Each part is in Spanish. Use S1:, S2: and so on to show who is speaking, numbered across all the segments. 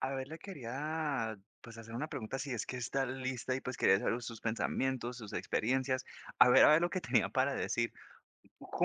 S1: A ver, le quería pues hacer una pregunta si es que está lista y pues quería saber sus pensamientos, sus experiencias. A ver lo que tenía para decir.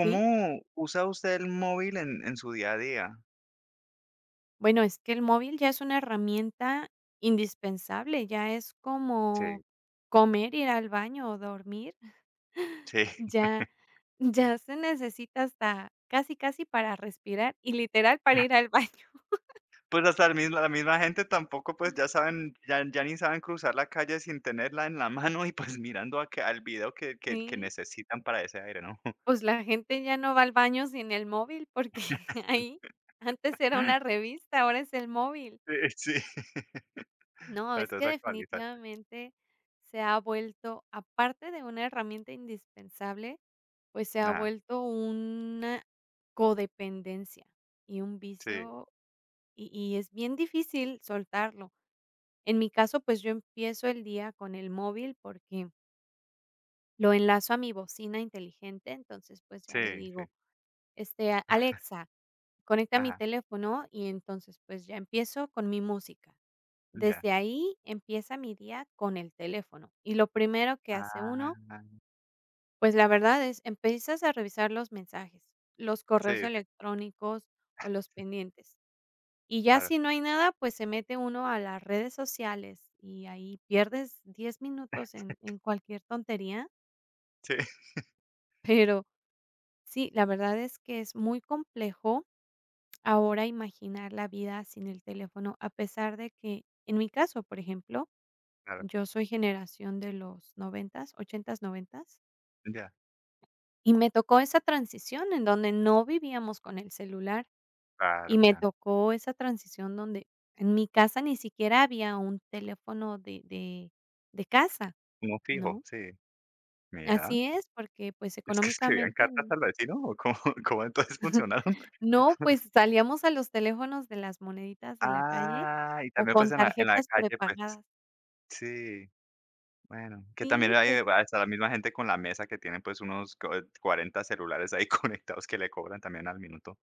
S2: Sí,
S1: usa usted el móvil en su día a día?
S2: bueno, es que el móvil ya es una herramienta indispensable, ya es
S1: Sí,
S2: como comer, ir al baño o dormir.
S1: sí.
S2: Ya ya se necesita hasta casi, casi para respirar y literal para ir al baño.
S1: Pues hasta la misma gente tampoco pues ya saben, ya, ya ni saben cruzar la calle sin tenerla en la mano y pues mirando al video que
S2: Sí,
S1: necesitan para ese aire, ¿no?
S2: pues la gente ya no va al baño sin el móvil porque ahí antes era una revista, ahora es el móvil.
S1: Sí, sí.
S2: No,
S1: Para
S2: es
S1: entonces
S2: que
S1: actualizarse.
S2: definitivamente se ha vuelto, aparte de una herramienta indispensable, pues se ha
S1: Nada.
S2: vuelto una codependencia y un
S1: Sí,
S2: vicio, y es bien difícil soltarlo. En mi caso, pues yo empiezo el día con el móvil porque lo enlazo a mi bocina inteligente, entonces, pues ya le
S1: sí, sí.
S2: digo: Alexa, conecta mi
S1: Ajá.
S2: teléfono, y entonces, pues ya empiezo con mi música.
S1: Ya.
S2: Desde ahí empieza mi día con el teléfono. Y lo primero que hace uno,
S1: Ah.
S2: pues la verdad es, empiezas a revisar los mensajes, los
S1: Sí,
S2: correos
S1: sí,
S2: electrónicos o los pendientes. Y ya
S1: claro.
S2: si no hay nada, pues se mete uno a las redes sociales y ahí pierdes 10 minutos en cualquier tontería.
S1: Sí,
S2: Pero sí, la verdad es que es muy complejo ahora imaginar la vida sin el teléfono, a pesar de que en mi caso, por ejemplo,
S1: claro.
S2: yo soy generación de los noventas, ochentas, noventas,
S1: Ya.
S2: y me tocó esa transición en donde no vivíamos con el celular.
S1: Claro,
S2: Y me
S1: claro.
S2: tocó esa transición donde en mi casa ni siquiera había un teléfono de casa,
S1: Como fijo,
S2: ¿no?
S1: sí. Mira,
S2: Así es, porque, pues,
S1: es que escribían
S2: económicamente
S1: cartas al vecino, ¿o cómo cómo entonces funcionaron?
S2: no, pues, salíamos a los teléfonos de las moneditas de la calle
S1: Ah, y
S2: o
S1: también, pues,
S2: con
S1: en la
S2: tarjetas
S1: calle, pues
S2: prepagadas.
S1: sí, bueno, que también
S2: Sí,
S1: hay
S2: pues
S1: hasta la misma gente con la mesa que tienen, pues, unos cua 40 celulares ahí conectados que le cobran también al minuto.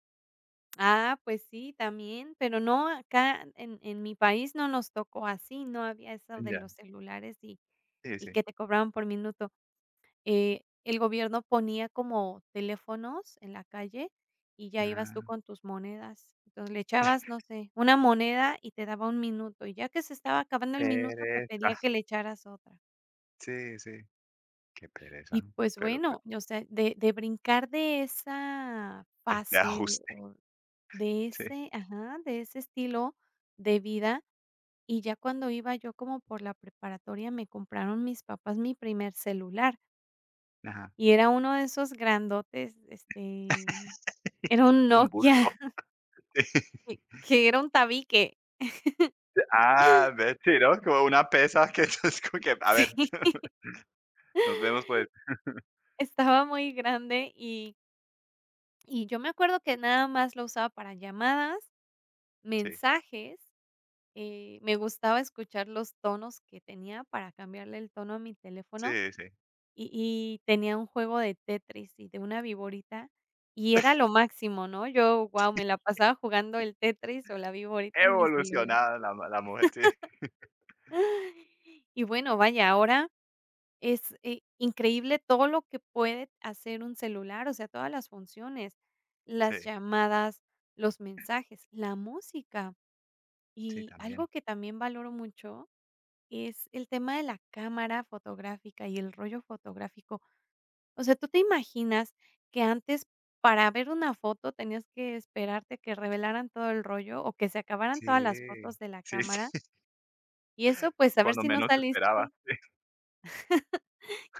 S2: pues sí, también, pero no, acá en mi país no nos tocó así, no había eso de
S1: Ya,
S2: los celulares y
S1: sí,
S2: y
S1: sí.
S2: que te cobraban por minuto. El gobierno ponía como teléfonos en la calle y ya ibas tú
S1: Ah,
S2: con tus monedas. Entonces, le echabas, no sé, una moneda y te daba un minuto, y ya que se estaba acabando el minuto, te
S1: pereza.
S2: pedía que le echaras otra.
S1: Sí, sí, qué pereza,
S2: Y, pues,
S1: pero, pues,
S2: bueno, o sea, de brincar de esa
S1: es
S2: fase
S1: ajuste,
S2: o de
S1: sí.
S2: ese ajá, de ese estilo de vida, y ya cuando iba yo como por la preparatoria, me compraron mis papás mi primer celular,
S1: Ajá.
S2: y era uno de esos grandotes. Era un
S1: Un
S2: Nokia
S1: bulto.
S2: que era un tabique.
S1: Ah, ve, sí, ¿no? Como una pesa que es como que, a
S2: Sí,
S1: ver, nos vemos pues.
S2: estaba muy grande, y yo me acuerdo que nada más lo usaba para llamadas,
S1: Sí,
S2: mensajes. Me gustaba escuchar los tonos que tenía para cambiarle el tono a mi teléfono,
S1: sí, sí.
S2: y tenía un juego de Tetris y de una viborita, y era lo máximo, ¿no? Yo, wow, me la pasaba jugando el Tetris o la viborita en mi celular.
S1: Evolucionada la mujer, sí,
S2: Y bueno, vaya, ahora es increíble todo lo que puede hacer un celular, o sea, todas las funciones, las
S1: sí,
S2: llamadas, los mensajes, la música.
S1: sí,
S2: Y
S1: también.
S2: algo que también valoro mucho es el tema de la cámara fotográfica y el rollo fotográfico. O sea, ¿tú te imaginas que antes para ver una foto tenías que esperarte que revelaran todo el rollo o que se acabaran
S1: Sí,
S2: todas las fotos de la
S1: sí, sí,
S2: cámara? Y eso, pues,
S1: cuando menos esperaba.
S2: saliste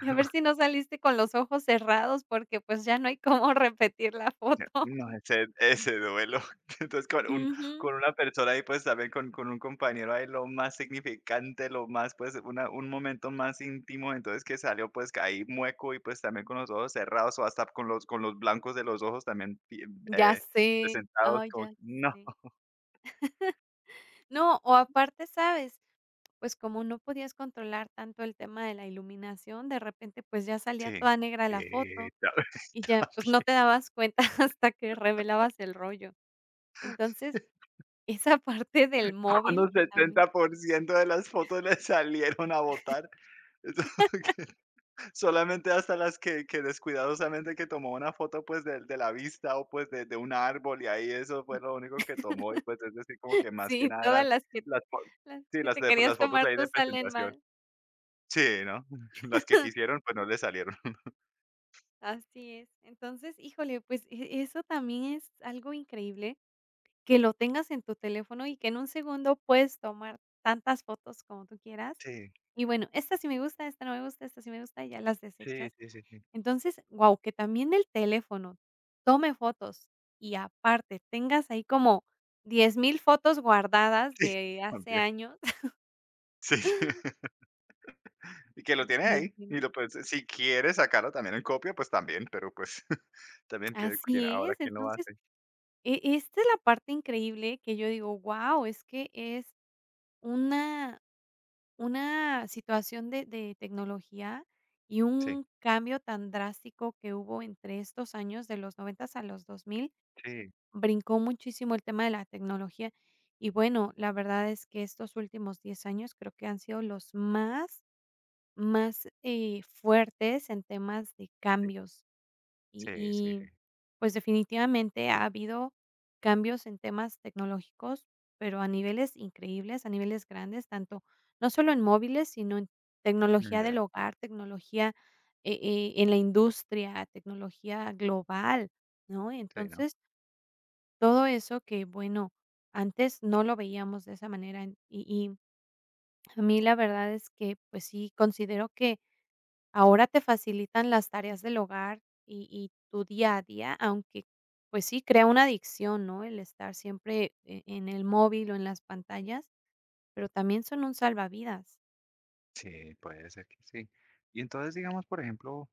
S2: Y a ver si no saliste con los ojos cerrados, porque, pues, ya no hay cómo repetir la
S1: No,
S2: foto.
S1: no, ese duelo. Entonces,
S2: Ujú.
S1: con una persona ahí, pues, también con un compañero ahí, lo más significante, lo más, pues, una un momento más íntimo, entonces, que salió, pues, ahí mueco y, pues, también con los ojos cerrados, o hasta con los blancos de los ojos también pi
S2: Ya
S1: eh,
S2: sé,
S1: presentados
S2: ay,
S1: como
S2: ya
S1: que, no,
S2: sé. No, o aparte, ¿sabes? Pues, como no podías controlar tanto el tema de la iluminación, de repente, pues, ya salía
S1: sí.
S2: toda negra
S1: Sí,
S2: la foto
S1: también
S2: y ya, pues, no te dabas cuenta hasta que revelabas el rollo. Entonces, esa parte del
S1: con
S2: móvil
S1: un
S2: que también
S1: 70% de las fotos le salieron a votar. Solamente hasta las que descuidadosamente que tomó una foto, pues, de la vista o, pues, de un árbol, y ahí eso fue lo único que tomó, y, pues, es decir, como que más que
S2: sí,
S1: nada
S2: todas
S1: eran
S2: las que
S1: las fo
S2: las
S1: sí,
S2: que
S1: las
S2: te
S1: de las
S2: querías
S1: fotos
S2: tomar
S1: ahí de
S2: tú salen
S1: presentación.
S2: mal.
S1: Sí, ¿no? Las que quisieron, pues, no le salieron.
S2: Así es. Entonces, híjole, pues, eso también es algo increíble, que lo tengas en tu teléfono y que en un segundo puedes tomar tantas fotos como tú quieras.
S1: Sí,
S2: Y bueno, esta sí me gusta, esta no me gusta, esta sí me gusta, y ya las
S1: sí,
S2: desechas.
S1: sí, sí, sí.
S2: Entonces, wow, que también el teléfono tome fotos y aparte tengas ahí como 10.000 fotos guardadas
S1: Sí,
S2: de hace
S1: también.
S2: años.
S1: Sí, y que lo tiene
S2: ¿Me
S1: ahí, y
S2: entiendes?
S1: lo pues, si quiere sacarlo también en copia, pues, también, pero, pues, también que
S2: Así es.
S1: quién lo
S2: Entonces,
S1: hace.
S2: esta es la parte increíble que yo digo: wow, es que es Una una situación de tecnología y
S1: Sí.
S2: un cambio tan drástico que hubo entre estos años de los 90 a los dos mil.
S1: Sí,
S2: Brincó muchísimo el tema de la tecnología. Y bueno, la verdad es que estos últimos 10 años creo que han sido los más fuertes en temas de
S1: sí.
S2: cambios. Y
S1: Sí, sí, sí.
S2: y, pues, definitivamente ha habido cambios en temas tecnológicos, pero a niveles increíbles, a niveles grandes, tanto no solo en móviles, sino en
S1: Mm,
S2: tecnología
S1: ya.
S2: del hogar, tecnología, en la industria, tecnología global, ¿no?
S1: Sí, ¿no?
S2: Entonces, todo eso que, bueno, antes no lo veíamos de esa manera, a mí la verdad es que, pues sí, considero que ahora te facilitan las tareas del hogar y tu día a día, aunque, pues sí, crea una adicción, ¿no? El estar siempre en el móvil o en las pantallas, pero también son un salvavidas.
S1: Sí, puede ser que sí. Y entonces, digamos, por ejemplo,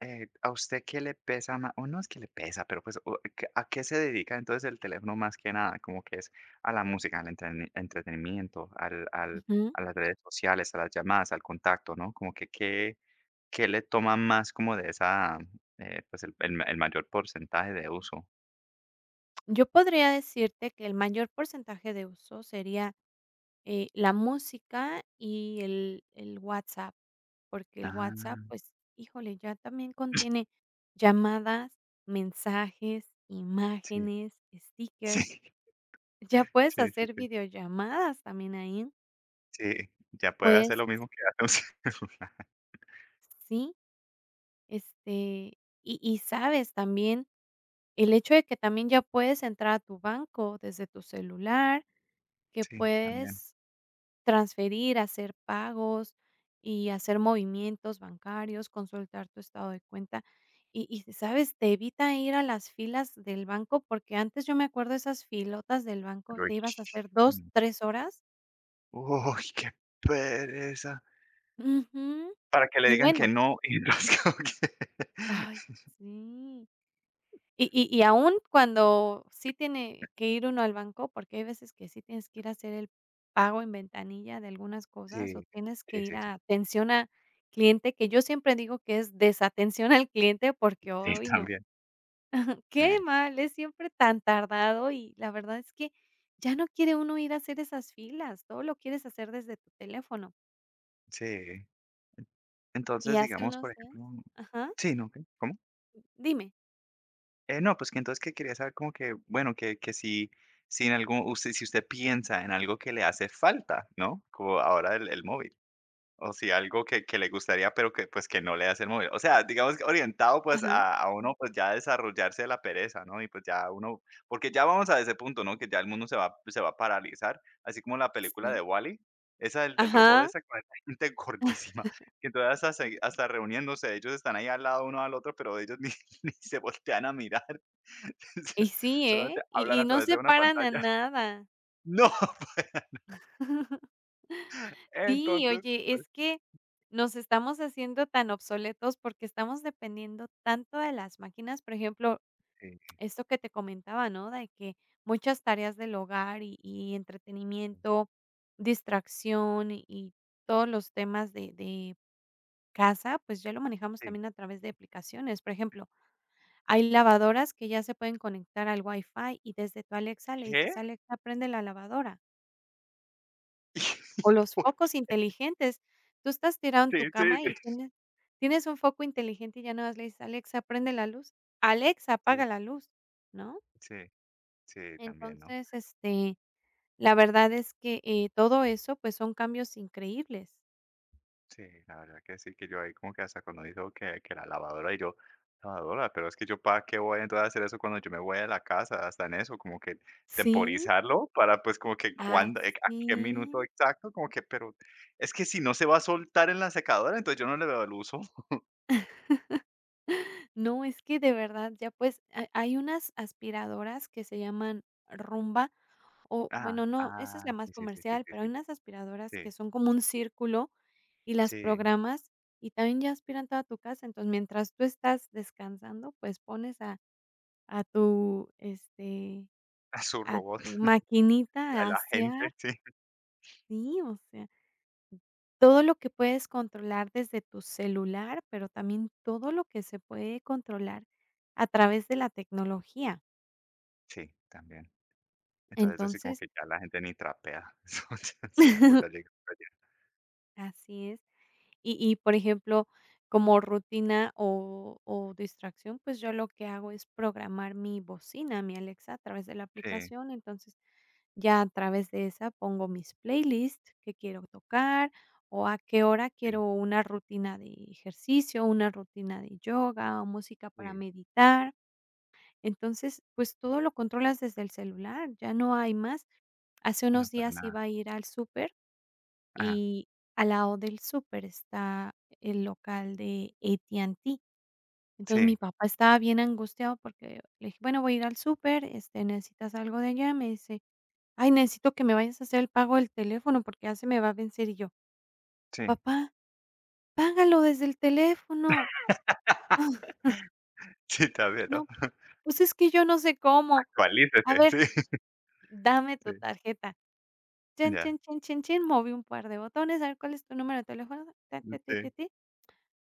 S1: ¿a usted qué le pesa más? O no es que le pesa, pero pues, ¿a qué se dedica entonces el teléfono más que nada? Como que es a la música, al entretenimiento,
S2: Ujú.
S1: a las redes sociales, a las llamadas, al contacto, ¿no? Como que qué le toma más como de esa, pues el mayor porcentaje de uso.
S2: Yo podría decirte que el mayor porcentaje de uso sería, la música y el WhatsApp, porque el WhatsApp,
S1: Ah,
S2: pues, híjole, ya también contiene llamadas, mensajes,
S1: sí,
S2: imágenes, stickers.
S1: sí,
S2: Ya puedes
S1: sí, sí,
S2: hacer
S1: sí.
S2: videollamadas también ahí.
S1: Sí, ya puede hacer
S2: Pues
S1: lo mismo que hace un celular.
S2: sí, y sabes también el hecho de que también ya puedes entrar a tu banco desde tu celular, que
S1: Sí, también.
S2: puedes transferir, hacer pagos y hacer movimientos bancarios, consultar tu estado de cuenta. Y sabes, te evita ir a las filas del banco, porque antes yo me acuerdo esas filotas del banco,
S1: Uy,
S2: te ibas a hacer dos,
S1: mm.
S2: tres horas.
S1: Uy, qué pereza.
S2: Ujú.
S1: Para que le
S2: Y
S1: digan que
S2: bueno,
S1: no y entonces como que
S2: ay, sí. Y aún cuando sí tiene que ir uno al banco, porque hay veces que sí tienes que ir a hacer el pago en ventanilla de algunas cosas, o
S1: Sí,
S2: tienes que
S1: sí,
S2: ir
S1: sí, sí,
S2: a atención a cliente, que yo siempre digo que es desatención al cliente, porque,
S1: sí,
S2: ¡hoy no!
S1: también,
S2: Qué
S1: eh,
S2: mal, es siempre tan tardado y la verdad es que ya no quiere uno ir a hacer esas filas, todo lo quieres hacer desde tu teléfono.
S1: sí.
S2: Y
S1: Entonces,
S2: hace
S1: digamos, por
S2: unos días,
S1: ejemplo.
S2: ajá,
S1: Sí, ¿no qué? ¿Cómo?
S2: dime.
S1: No, pues que entonces que quería saber como que, bueno, que si usted piensa en algo que le hace falta, ¿no? Como ahora el móvil. O sí, algo que le gustaría, pero que, pues, que no le hace el móvil. O sea, digamos que orientado, pues,
S2: Ajá,
S1: a uno, pues, ya desarrollarse de la pereza, ¿no? Y, pues, ya uno porque ya vamos a ese punto, ¿no? Que ya el mundo se va a paralizar, así como la película de
S2: sí,
S1: WALL-E, esa del robot
S2: ajá.
S1: esa con esa gente gordísima, que entonces hasta reuniéndose, ellos están ahí al lado uno al otro, pero ellos ni ni se voltean a mirar.
S2: Y sí, ¿eh?
S1: solamente hablan
S2: Y
S1: a
S2: no
S1: través de
S2: se
S1: una
S2: paran a
S1: pantalla.
S2: nada.
S1: No,
S2: Sí,
S1: entonces,
S2: oye,
S1: pues,
S2: es que nos estamos haciendo tan obsoletos porque estamos dependiendo tanto de las máquinas. Por ejemplo,
S1: sí,
S2: esto que te comentaba, ¿no? De que muchas tareas del hogar y entretenimiento, distracción y todos los temas de casa, pues ya lo manejamos
S1: sí,
S2: también a través de aplicaciones. Por ejemplo, hay lavadoras que ya se pueden conectar al Wi-Fi y desde tu Alexa le
S1: ¿qué?
S2: dices: "Alexa, prende la lavadora". O los focos inteligentes. Tú estás tirado en
S1: Sí,
S2: tu
S1: sí, sí.
S2: cama y tienes un foco inteligente y ya nada más le dices: "Alexa, prende la luz". "Alexa,
S1: Sí,
S2: apaga la luz", ¿no?
S1: sí, sí, también, ¿no?
S2: Entonces, la verdad es que, todo eso, pues, son cambios increíbles.
S1: Sí, la verdad que sí, que yo ahí como que hasta cuando dijo que la lavadora y yo, lavadora, pero es que yo para qué voy entonces a hacer eso cuando yo me voy de la casa, hasta en eso, como que
S2: Sí.
S1: temporizarlo para pues como que cuándo, a qué
S2: Así
S1: minuto
S2: es.
S1: exacto, como que, pero es que si no se va a soltar en la secadora, entonces yo no le veo el uso.
S2: No, es que de verdad ya, pues, ha hay unas aspiradoras que se llaman Rumba, o
S1: Ajá,
S2: bueno, no, esa es
S1: ah,
S2: la
S1: sí,
S2: más
S1: sí, sí, sí,
S2: comercial,
S1: sí,
S2: pero
S1: sí,
S2: hay unas aspiradoras
S1: sí,
S2: que son como un círculo, y las
S1: sí,
S2: programas, y también ya aspiran toda tu casa. Entonces, mientras tú estás descansando, pues, pones a tu, este,
S1: a su
S2: a
S1: robot,
S2: tu maquinita
S1: a
S2: a
S1: la gente,
S2: asear.
S1: sí,
S2: Sí, o sea, todo lo que puedes controlar desde tu celular, pero también todo lo que se puede controlar a través de la tecnología.
S1: sí, también. Entonces, así como
S2: Entonces.
S1: que ya la gente ni trapea. Eso, ya, sí algo ya llegó por allá.
S2: Así es. Por ejemplo, como rutina o distracción, pues, yo lo que hago es programar mi bocina, mi Alexa, a través de la
S1: Sí,
S2: aplicación. Entonces, ya a través de esa pongo mis playlists que quiero tocar o a qué hora
S1: sí,
S2: quiero una rutina de ejercicio, una rutina de yoga o música para
S1: sí.
S2: meditar. Entonces, pues, todo lo controlas desde el celular, ya no hay más. Hace
S1: No,
S2: unos
S1: para
S2: días
S1: nada.
S2: iba a ir al súper
S1: Ah,
S2: y al lado del súper está el local de AT&T. Entonces, mi
S1: Sí,
S2: papá estaba bien angustiado porque le dije: "Bueno, voy a ir al súper, ¿necesitas algo de allá?". Me dice: "Ay, necesito que me vayas a hacer el pago del teléfono porque ya se me va a vencer". Y yo:
S1: sí.
S2: "Papá, págalo desde el teléfono".
S1: Sí, también, ¿no?
S2: "No, pues es que yo no sé cómo". "A
S1: Actualícese,
S2: ver,
S1: sí,
S2: dame
S1: sí,
S2: tu tarjeta". Chin,
S1: ya,
S2: chin, chin, chin, chin, moví un par de botones, a ver cuál es tu número de teléfono, ta, ta, ti, ti,
S1: sí,
S2: ti.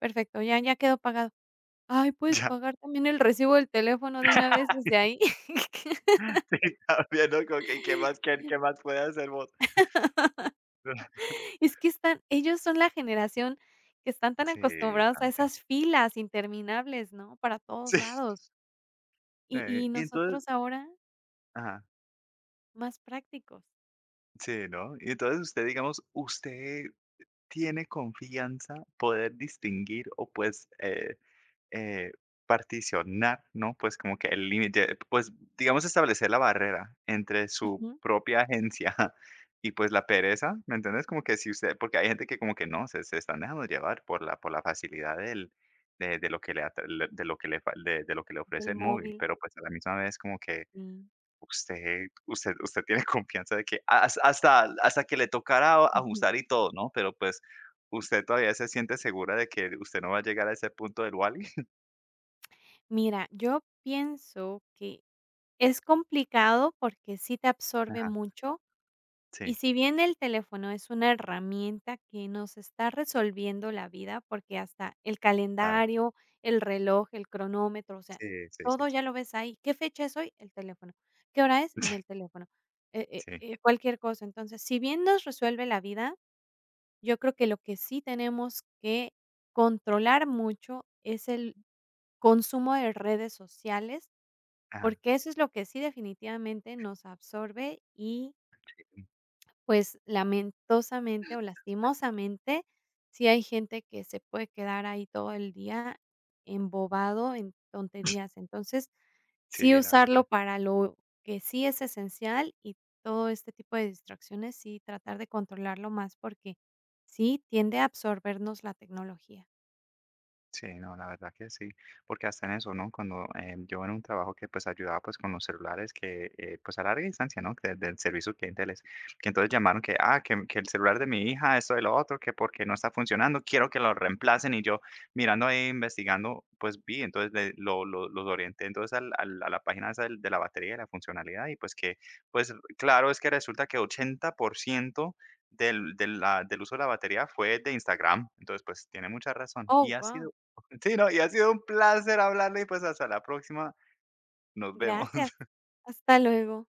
S2: Perfecto, ya quedó pagado. Ay, puedes
S1: ya.
S2: pagar también el recibo del teléfono de una vez desde ahí.
S1: Sí, también, ¿no? Como que, ¿qué más puede hacer vos?
S2: Es que están ellos son la generación que están tan
S1: Sí,
S2: acostumbrados a
S1: también.
S2: esas filas interminables, ¿no? Para
S1: Sí,
S2: todos lados.
S1: sí.
S2: Y
S1: Y entonces
S2: nosotros ahora
S1: ajá.
S2: más prácticos.
S1: Sí, ¿no? Y entonces usted, digamos, usted tiene confianza poder distinguir o pues eh, particionar, ¿no? Pues como que el límite, pues digamos establecer la barrera entre su
S2: Ujú,
S1: propia agencia y pues la pereza, ¿me entiendes? Como que si usted, porque hay gente que como que no, se están dejando llevar por la facilidad del, de lo que de lo que de lo que le ofrece
S2: del
S1: el móvil,
S2: móvil,
S1: pero pues a la misma vez como que
S2: sí.
S1: Usted tiene confianza de que hasta que le tocará
S2: Ujú.
S1: ajustar y todo, ¿no? Pero, pues, ¿usted todavía se siente segura de que usted no va a llegar a ese punto del wall
S2: Mira, yo pienso que es complicado porque sí te absorbe
S1: Ajá,
S2: mucho,
S1: sí,
S2: y si bien el teléfono es una herramienta que nos está resolviendo la vida, porque hasta el
S1: claro.
S2: calendario, el reloj, el cronómetro, o sea,
S1: Sí, sí, sí,
S2: todo
S1: sí.
S2: ya lo ves ahí. ¿Qué fecha es hoy? El teléfono. ¿Qué hora es? En el teléfono.
S1: Sí,
S2: Cualquier cosa. Entonces, si bien nos resuelve la vida, yo creo que lo que sí tenemos que controlar mucho es el consumo de redes sociales,
S1: ajá.
S2: porque eso es lo que sí definitivamente nos absorbe y, pues, lamentosamente o lastimosamente, sí hay gente que se puede quedar ahí todo el día embobado en tonterías. Entonces,
S1: Sí,
S2: sí
S1: la verdad que.
S2: usarlo para lo que sí es esencial y todo este tipo de distracciones, sí tratar de controlarlo más, porque sí tiende a absorbernos la tecnología.
S1: Sí, no, la verdad que sí, porque hasta en eso, ¿no? Cuando yo en un trabajo que pues ayudaba pues con los celulares que pues a larga distancia, ¿no? Que del servicio al cliente les, que entonces llamaron que, ah, que el celular de mi hija, esto y lo otro, que porque no está funcionando, quiero que lo reemplacen y yo mirando ahí, investigando, pues vi, entonces los orienté entonces a la página esa de la batería y la funcionalidad y pues que, pues claro, es que resulta que 80% del uso de la batería fue de Instagram. Entonces, pues tiene mucha razón. Y
S2: Oh,
S1: ha
S2: wow.
S1: sido. Sí, no, y ha sido un placer hablarle y pues hasta la próxima. Nos vemos.
S2: Gracias. Hasta luego.